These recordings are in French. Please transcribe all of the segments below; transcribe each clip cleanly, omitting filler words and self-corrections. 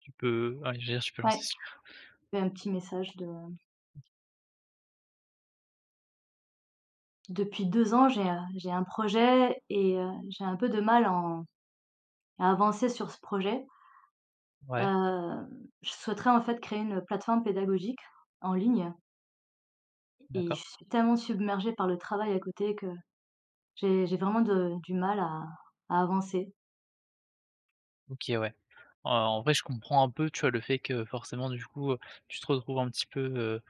Tu peux ouais, j'allais dire, tu peux lancer Ouais, si tu veux. et un petit message de OK. «Depuis 2 ans, j'ai un projet et j'ai un peu de mal à avancer sur ce projet. Ouais, Heu, je souhaiterais en fait créer une plateforme pédagogique en ligne, et je d'accord. suis tellement submergée par le travail à côté que j'ai vraiment de du mal à avancer». OK, ouais. En vrai, je comprends un peu, tu vois, le fait que forcément, du coup, tu te retrouves un petit peu, heu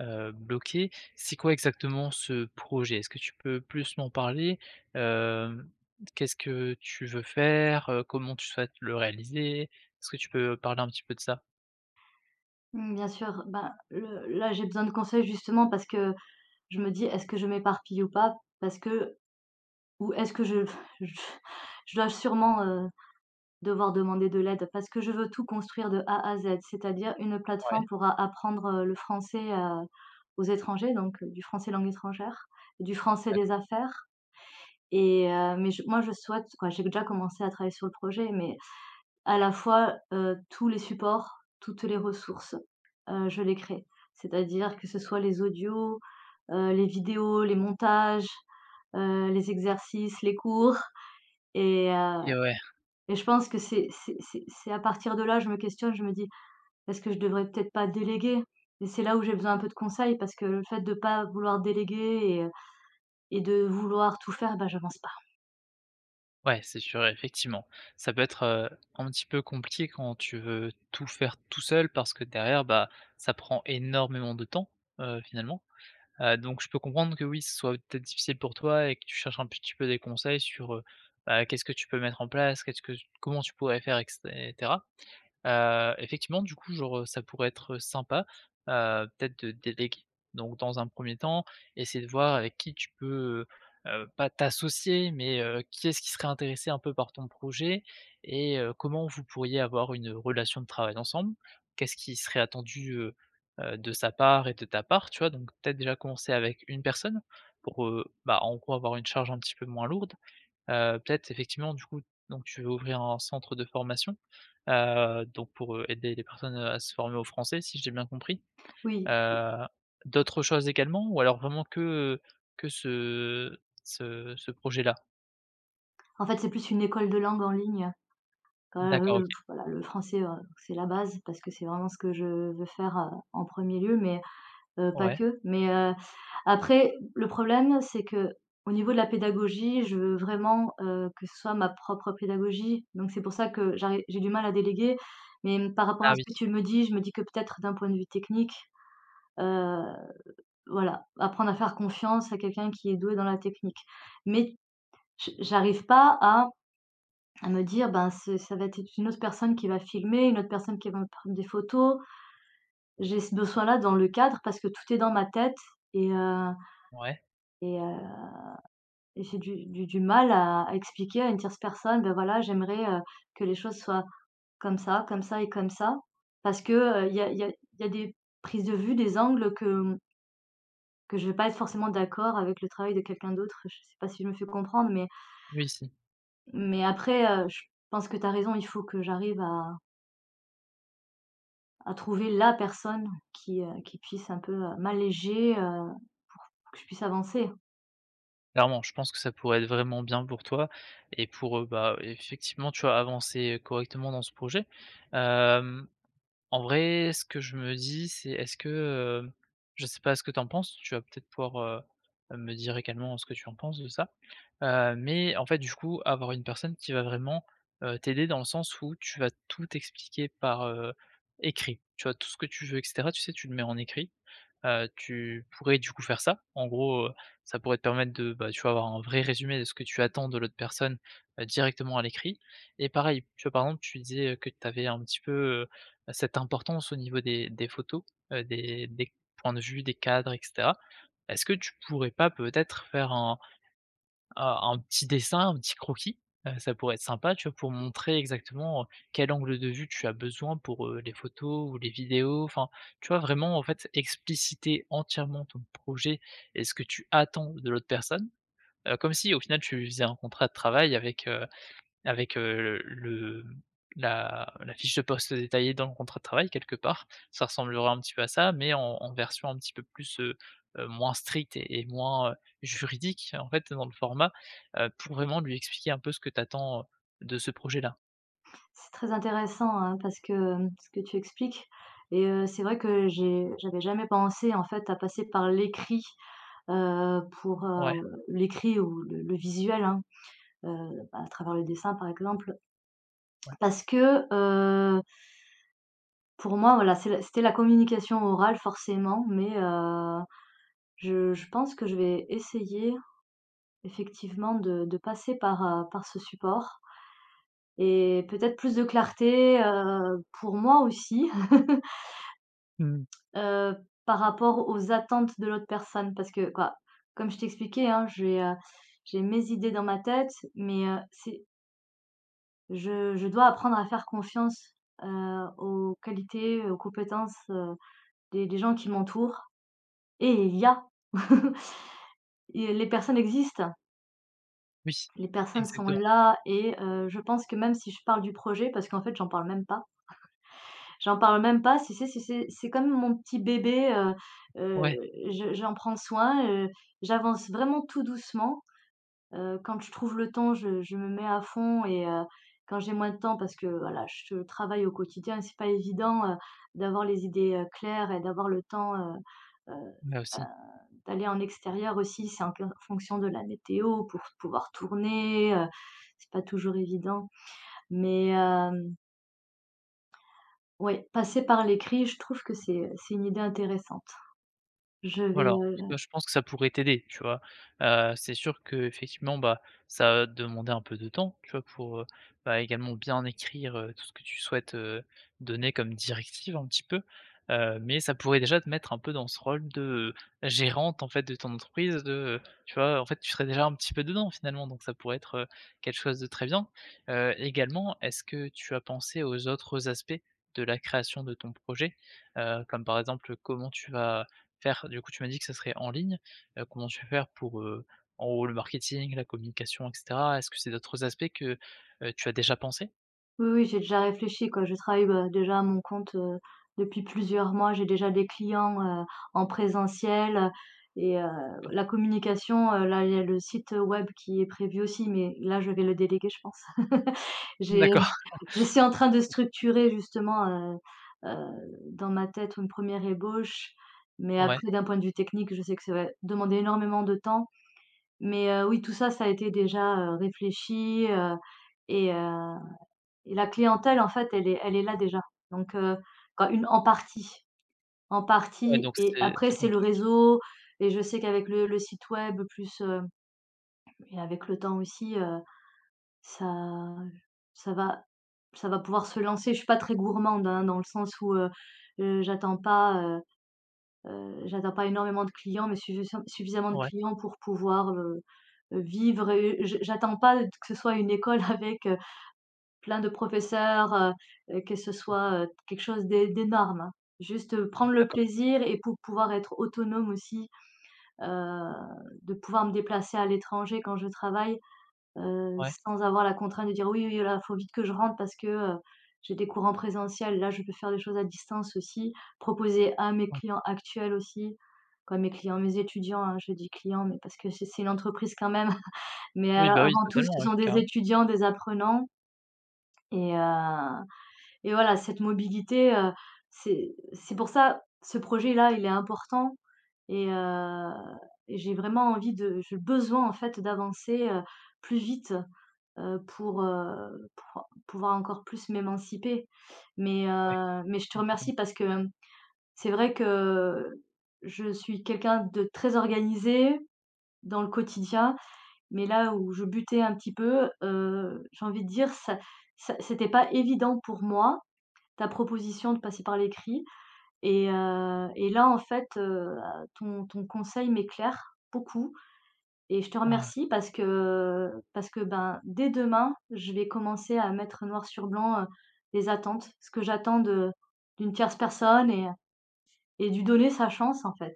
heu, bloqué. C'est quoi exactement ce projet? Est-ce que tu peux plus m'en parler? Hem, Qu'est-ce que tu veux faire? Comment tu souhaites le réaliser? Est-ce que tu peux parler un petit peu de ça? Mmh, bien sûr, bah, le là, j'ai besoin de conseils justement parce que je me dis: «Est-ce que je m'éparpille ou pas?», parce que ou est-ce que je je je dois sûrement, devoir demander de l'aide parce que je veux tout construire de A à Z, c'est-à-dire une plateforme Ouais, pour a apprendre, le français, aux étrangers, donc du français langue étrangère, du français des d'accord. affaires. Et heu, mais je moi je souhaite quoi, j'ai déjà commencé à travailler sur le projet, mais à la fois, tous les supports, toutes les ressources, je les crée. C'est-à-dire que ce soit les audios, les vidéos, les montages, les exercices, les cours et heu Et ouais, et je pense que c'est à partir de là, je me questionne, je me dis: «Est-ce que je devrais peut-être pas déléguer?», et c'est là où j'ai besoin un peu de conseils parce que le fait de pas vouloir déléguer et de vouloir tout faire, bah, j'avance pas. ouais, c'est sûr, effectivement. Ça peut être, un petit peu compliqué quand tu veux tout faire tout seul parce que derrière, bah, ça prend énormément de temps, finalement. Donc je peux comprendre que oui, ce soit peut-être difficile pour toi et que tu cherches un petit peu des conseils sur, bah, qu'est-ce que tu peux mettre en place? Qu'est-ce que comment tu pourrais faire et cetera. Effectivement, du coup, genre, ça pourrait être, sympa, peut-être de déléguer. Donc dans un premier temps, essayer de voir avec qui tu peux, pas t'associer, mais qui est-ce qui serait intéressé un peu par ton projet et comment vous pourriez avoir une relation de travail ensemble? Qu'est-ce qui serait attendu, de sa part et de ta part, tu vois? Donc peut-être déjà commencer avec une personne pour, bah, en gros, avoir une charge un petit peu moins lourde. Peut-être effectivement, du coup, donc tu veux ouvrir un centre de formation. Donc pour, aider les personnes, à se former au français, si j'ai bien compris. Oui, Heu, d'autres choses également ou alors vraiment que, que ce ce projet-là? en fait, c'est plus une école de langue en ligne, D'accord, le OK. voilà, le français, c'est la base parce que c'est vraiment ce que je veux faire, en premier lieu. Mais pas Ouais. que, mais après le problème, c'est qu'au niveau de la pédagogie, je veux vraiment, que ce soit ma propre pédagogie, donc c'est pour ça que j'ai du mal à déléguer, mais mmh, par rapport Ah à ce oui. que tu me dis, je me dis que peut-être d'un point de vue technique, heu, voilà, apprendre à faire confiance à quelqu'un qui est doué dans la technique, mais j'arrive pas à à me dire: «Ben, ce ça va être une autre personne qui va filmer, une autre personne qui va me prendre des photos». J'ai ce besoin-là dans le cadre parce que tout est dans ma tête et heu Ouais. et heu et j'ai du mal à expliquer à une tierce personne, ben voilà, j'aimerais, que les choses soient comme ça et comme ça. Parce que, il y a des prises de vue, des angles que, mmh, que je vais pas être forcément d'accord avec le travail de quelqu'un d'autre. Je sais pas si je me fais comprendre, Oui, si. mais après, je pense que tu as raison, il faut que j'arrive à trouver la personne qui puisse un peu, m'alléger, que je puisse avancer. Clairement, je pense que ça pourrait être vraiment bien pour toi et pour, bah, effectivement, tu vois, avancer correctement dans ce projet. Hem En vrai, ce que je me dis, c'est est-ce que, je sais pas ce que tu en penses, tu vas peut-être pouvoir, me dire également ce que tu en penses de ça, mais en fait, du coup, avoir une personne qui va vraiment, t'aider dans le sens où tu vas tout expliquer par, écrit. Tu vois? Tout ce que tu veux et cetera, tu sais, tu le mets en écrit, tu pourrais du coup faire ça. En gros, ça pourrait te permettre de, bah, tu vois, avoir un vrai résumé de ce que tu attends de l'autre personne, directement à l'écrit. Et pareil, tu vois, par exemple, tu disais, que tu avais un petit peu, heu, cette importance au niveau des photos, des points de vue, des cadres et cetera. Est-ce que tu pourrais pas peut-être faire un petit dessin, un petit croquis, ça pourrait être sympa, tu vois? Pour montrer exactement, quel angle de vue tu as besoin pour, les photos ou les vidéos, enfin, tu vois? Vraiment, en fait, expliciter entièrement ton projet et ce que tu attends de l'autre personne, comme si, au final, tu faisais un contrat de travail avec, avec, le la fiche de poste détaillée dans le contrat de travail quelque part. Ça ressemblera un petit peu à ça, mais en en version un petit peu plus, moins stricte et moins, juridique en fait dans le format, pour vraiment lui expliquer un peu ce que t'attends attends, de ce projet-là. C'est très intéressant, hein, parce que, ce que tu expliques c'est vrai que j'avais jamais pensé, en fait, à passer par l'écrit, pour, Ouais, l'écrit ou le visuel, hein, heu, à travers le dessin, par exemple. ouais. Parce que, pour moi, voilà, c'était la communication orale forcément, mais je pense que je vais essayer effectivement de passer par, par ce support et peut-être plus de clarté, pour moi aussi. Mmh. Heu, Par rapport aux attentes de l'autre personne parce que quoi, comme je t'expliquais, hein, j'ai mes idées dans ma tête, mais, c'est je dois apprendre à faire confiance, aux qualités, aux compétences, des gens qui m'entourent et il y a. Et les personnes existent, Oui, les personnes sont exactement. là je pense que même si je parle du projet parce qu'en fait, j'en parle même pas. J'en parle même pas, c'est comme mon petit bébé, heu, Ouais, je j'en prends soin, j'avance vraiment tout doucement. Quand je trouve le temps, je me mets à fond, quand j'ai moins de temps parce que voilà, je travaille au quotidien et c'est pas évident, d'avoir les idées, claires et d'avoir le temps, heu, ouais bah, aussi. d'aller en extérieur aussi. C'est en q fonction de la météo pour pouvoir tourner, c'est pas toujours évident. Mais hem oui, passer par l'écrit, je trouve que c'est une idée intéressante. Je vais, Voilà, en tout cas, je pense que ça pourrait t'aider, tu vois? C'est sûr que effectivement, bah, ça va te demander un peu de temps, tu vois? Pour, bah, également bien écrire, tout ce que tu souhaites, donner comme directive un petit peu, mais ça pourrait déjà te mettre un peu dans ce rôle de gérante, en fait, de ton entreprise, de, tu vois? En fait, tu serais déjà un petit peu dedans, finalement, donc ça pourrait être, quelque chose de très bien. Également, est-ce que tu as pensé aux autres aspects de la création de ton projet? Comme par exemple, comment tu vas faire du coup, tu m'as dit que ça serait en ligne. Comment tu vas faire pour, en haut le marketing, la communication et cetera? Est-ce que c'est d'autres aspects que, tu as déjà pensé? oui, oui, j'ai déjà réfléchi, quoi. Je travaille, bah, déjà à mon compte, depuis plusieurs mois. J'ai déjà des clients, en présentiel, et la communication, là, il y a le site web qui est prévu aussi, mais là, je vais le déléguer, je pense. J'ai D'accord, Je suis en train de structurer justement, heu heu, dans ma tête, une première ébauche, mais ouais, après d'un point de vue technique, je sais que ça va demander énormément de temps. Mais oui, tout ça, ça a été déjà, réfléchi, et heu et la clientèle, en fait, elle est là déjà. Donc quand une en ouais, partie donc et après c'est bien c'est le tu réseau, et je sais qu'avec le site web plus, et avec le temps aussi, ça ça va ça va pouvoir se lancer. Je suis pas très gourmande, hein, dans le sens où, heu, j'attends pas, heu j'attends pas énormément de clients, mais suffisamment de ouais, clients pour pouvoir, vivre, et je j'attends pas que ce soit une école avec, plein de professeurs, que ce soit, quelque chose d'énorme, hein. Juste, prendre le d'accord, plaisir et pour pouvoir être autonome aussi, heu, de pouvoir me déplacer à l'étranger quand je travaille, ouais, sans avoir la contrainte de dire: «Oui, oui, là, faut vite que je rentre parce que, j'ai des cours en présentiel, là, je peux faire des choses à distance aussi». Proposer à mes ouais. clients actuels aussi, quoi, mes clients, mes étudiants, hein, je dis clients, mais parce que c'est une entreprise quand même, mais Oui, a bah, oui, avant tout, totalement, ce ouais, sont des carrément, étudiants, des apprenants et heu et voilà, cette mobilité, c'est pour ça, ce projet-là, il est important, et heu et j'ai vraiment envie de j'ai besoin, en fait, d'avancer, plus vite, heu, pour, heu, pour pouvoir encore plus m'émanciper. Ouais, Mais je te complètement. remercie parce que c'est vrai que je suis quelqu'un de très organisé dans le quotidien, mais là où je butais un petit peu, j'ai envie de dire ça c'était pas évident pour moi, ta proposition de passer par l'écrit et là en fait, ton conseil m'éclaire beaucoup. Et je te Ah! remercie parce que, ben, dès demain, je vais commencer à mettre noir sur blanc, les attentes, ce que j'attends de d'une tierce personne et lui donner sa chance, en fait.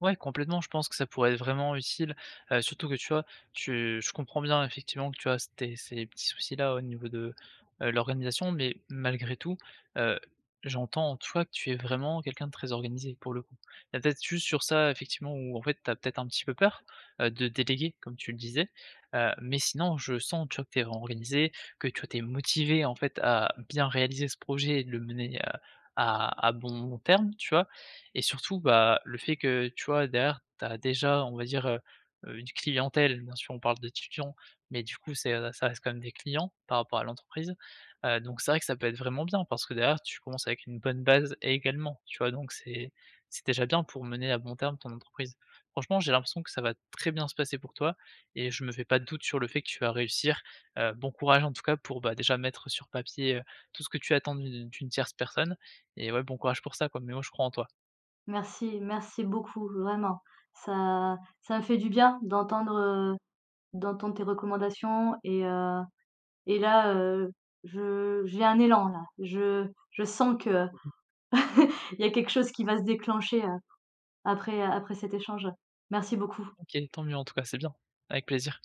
Ouais, complètement, je pense que ça pourrait être vraiment utile, surtout que, tu vois, tu je comprends bien effectivement que tu as tes ces petits soucis-là au niveau de, l'organisation, mais malgré tout, heu, j'entends en toi que tu es vraiment quelqu'un de très organisé pour le coup. Il y a peut-être juste sur ça effectivement où en fait tu as peut-être un petit peu peur, de déléguer comme tu le disais, mais sinon je sens, tu vois, que tu es vraiment organisé, que tu vois, tu es motivé en fait à bien réaliser ce projet et de le mener, à bon terme, tu vois? Et surtout, bah, le fait que, tu vois, derrière, tu as déjà, on va dire, une clientèle. Bien sûr, on parle d'étudiants, mais du coup, c'est, ça reste quand même des clients par rapport à l'entreprise, donc c'est vrai que ça peut être vraiment bien parce que derrière, tu commences avec une bonne base également, tu vois? Donc c'est déjà bien pour mener à bon terme ton entreprise. Franchement, j'ai l'impression que ça va très bien se passer pour toi et je me fais pas de doute sur le fait que tu vas réussir. Bon courage en tout cas pour, bah, déjà mettre sur papier, tout ce que tu attends d'une tierce personne et ouais, bon courage pour ça, quoi, mais moi, je crois en toi. Merci, merci beaucoup, vraiment. Ça Ça me fait du bien d'entendre, d'entendre tes recommandations et là, je j'ai un élan, là. Je sens qu'il y a quelque chose qui va se déclencher, après cet échange. Merci beaucoup. OK, tant mieux en tout cas, c'est bien. Avec plaisir.